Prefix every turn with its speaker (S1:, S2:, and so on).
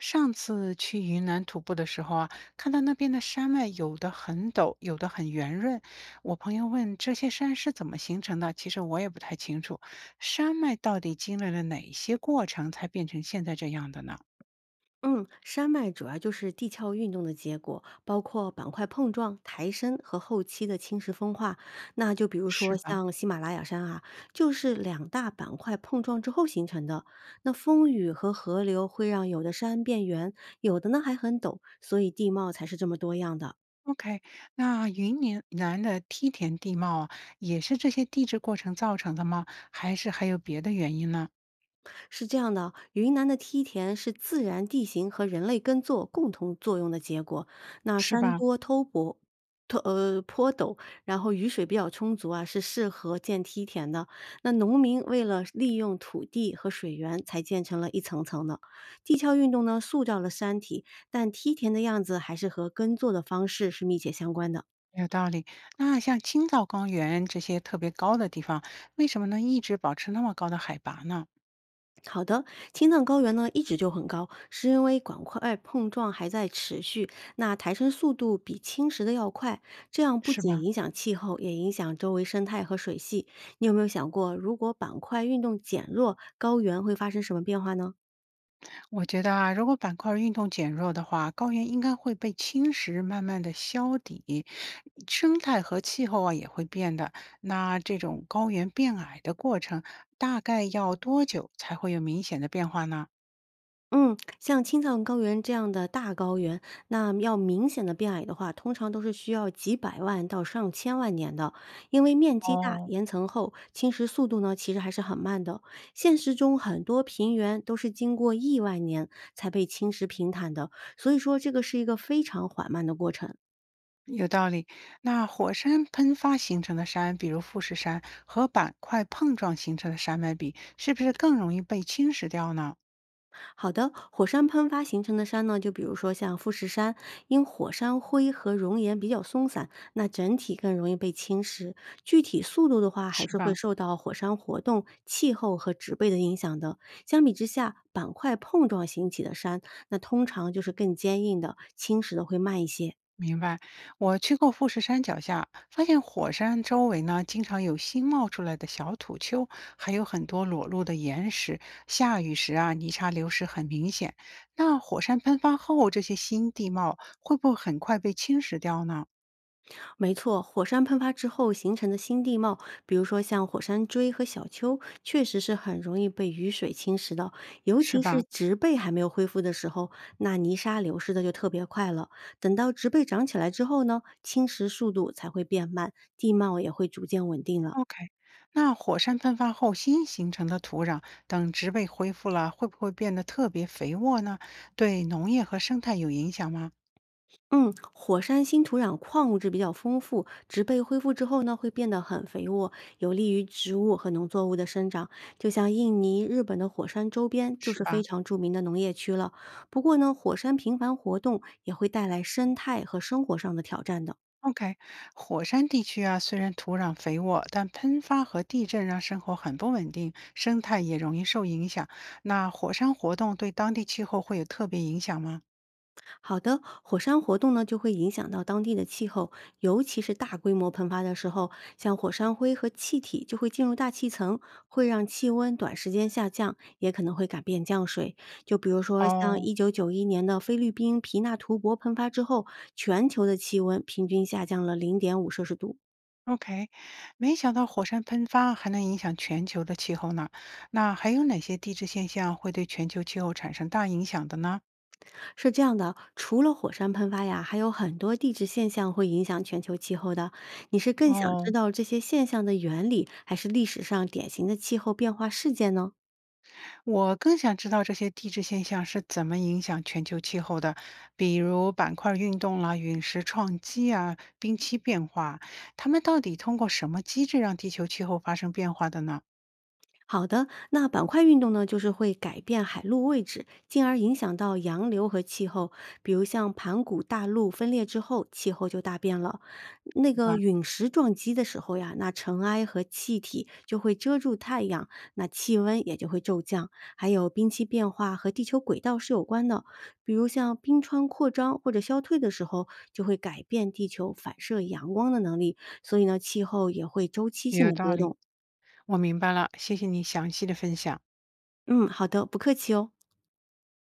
S1: 上次去云南徒步的时候啊，看到那边的山脉有的很陡，有的很圆润。我朋友问这些山是怎么形成的，其实我也不太清楚。山脉到底经历了哪些过程才变成现在这样的呢？
S2: 嗯，山脉主要就是地壳运动的结果，包括板块碰撞、抬升和后期的侵蚀风化。那就比如
S1: 是
S2: 说
S1: 吧
S2: 像喜马拉雅山啊，就是两大板块碰撞之后形成的。那风雨和河流会让有的山变圆，有的呢还很陡，所以地貌才是这么多样的。
S1: ？OK，那云南南的梯田地貌啊，也是这些地质过程造成的吗？还是还有别的原因呢？
S2: 是这样的啊，云南的梯田是自然地形和人类耕作共同作用的结果。那
S1: 是
S2: 山
S1: 吧？
S2: 多偷泊坡陡，然后雨水比较充足啊，是适合建梯田的。那农民为了利用土地和水源，才建成了一层层的。地壳运动呢，塑造了山体，但梯田的样子还是和耕作的方式是密切相关的。
S1: 有道理。那像青藏高原这些特别高的地方，为什么能一直保持那么高的海拔呢？
S2: 好的，青藏高原呢一直就很高，是因为板块碰撞还在持续，那抬升速度比侵蚀的要快，这样不
S1: 是
S2: 仅
S1: 吧？
S2: 影响气候，也影响周围生态和水系。你有没有想过，如果板块运动减弱，高原会发生什么变化呢？
S1: 我觉得啊，如果板块运动减弱的话，高原应该会被侵蚀，慢慢的消底，生态和气候啊也会变的。那这种高原变矮的过程，大概要多久才会有明显的变化呢？
S2: 嗯，像青藏高原这样的大高原，那要明显的变矮的话，通常都是需要几百万到上千万年的，因为面积大、岩层厚，侵蚀速度呢其实还是很慢的。现实中很多平原都是经过亿万年才被侵蚀平坦的，所以说这个是一个非常缓慢的过程。
S1: 有道理。那火山喷发形成的山，比如富士山，和板块碰撞形成的山脉比，是不是更容易被侵蚀掉呢？
S2: 好的，火山喷发形成的山呢，就比如说像富士山，因火山灰和熔岩比较松散，那整体更容易被侵蚀。具体速度的话，还
S1: 是
S2: 是会
S1: 吧？
S2: 受到火山活动、气候和植被的影响的。相比之下，板块碰撞形起的山，那通常就是更坚硬的，侵蚀的会慢一些。
S1: 明白。我去过富士山脚下，发现火山周围呢，经常有新冒出来的小土丘，还有很多裸露的岩石。下雨时啊，泥沙流失很明显。那火山喷发后，这些新地貌会不会很快被侵蚀掉呢？
S2: 没错，火山喷发之后形成的新地貌，比如说像火山锥和小丘，确实是很容易被雨水侵蚀的，尤
S1: 是
S2: 其是
S1: 吧？
S2: 植被还没有恢复的时候，那泥沙流失的就特别快了。等到植被长起来之后呢，侵蚀速度才会变慢，地貌也会逐渐稳定了。
S1: OK，那火山喷发后新形成的土壤，等植被恢复了，会不会变得特别肥沃呢？对农业和生态有影响吗？
S2: 嗯，火山新土壤矿物质比较丰富，植被恢复之后呢，会变得很肥沃，有利于植物和农作物的生长。就像印尼、日本的火山周边就
S1: 是
S2: 是非
S1: 吧
S2: 常著名的农业区了。不过呢，火山频繁活动也会带来生态和生活上的挑战的。
S1: ？OK，火山地区啊，虽然土壤肥沃，但喷发和地震让生活很不稳定，生态也容易受影响。那火山活动对当地气候会有特别影响吗？
S2: 好的，火山活动呢就会影响到当地的气候，尤其是大规模喷发的时候，像火山灰和气体就会进入大气层，会让气温短时间下降，也可能会改变降水。就比如说像
S1: 哦
S2: 1991年的菲律宾皮纳图博喷发之后，全球的气温平均下降了0.5摄氏度。
S1: OK，没想到火山喷发还能影响全球的气候呢。那还有哪些地质现象会对全球气候产生大影响的呢？
S2: 是这样的，除了火山喷发呀，还有很多地质现象会影响全球气候的。你是更想知
S1: 哦，
S2: 道这些现象的原理，还是历史上典型的气候变化事件呢？
S1: 我更想知道这些地质现象是怎么影响全球气候的，比如板块运动啦、陨石撞击啊、冰期变化，它们到底通过什么机制让地球气候发生变化的呢？
S2: 好的，那板块运动呢，就是会改变海陆位置，进而影响到洋流和气候。比如像盘古大陆分裂之后，气候就大变了。那个
S1: 啊，
S2: 陨石撞击的时候呀，那尘埃和气体就会遮住太阳，那气温也就会骤降。还有冰期变化和地球轨道是有关的，比如像冰川扩张或者消退的时候，就会改变地球反射阳光的能力，所以呢，气候也会周期性
S1: 有
S2: 的
S1: 道
S2: 波
S1: 理，
S2: 动。
S1: 我明白了，谢谢你详细的分享。
S2: 嗯，好的，不客气哦。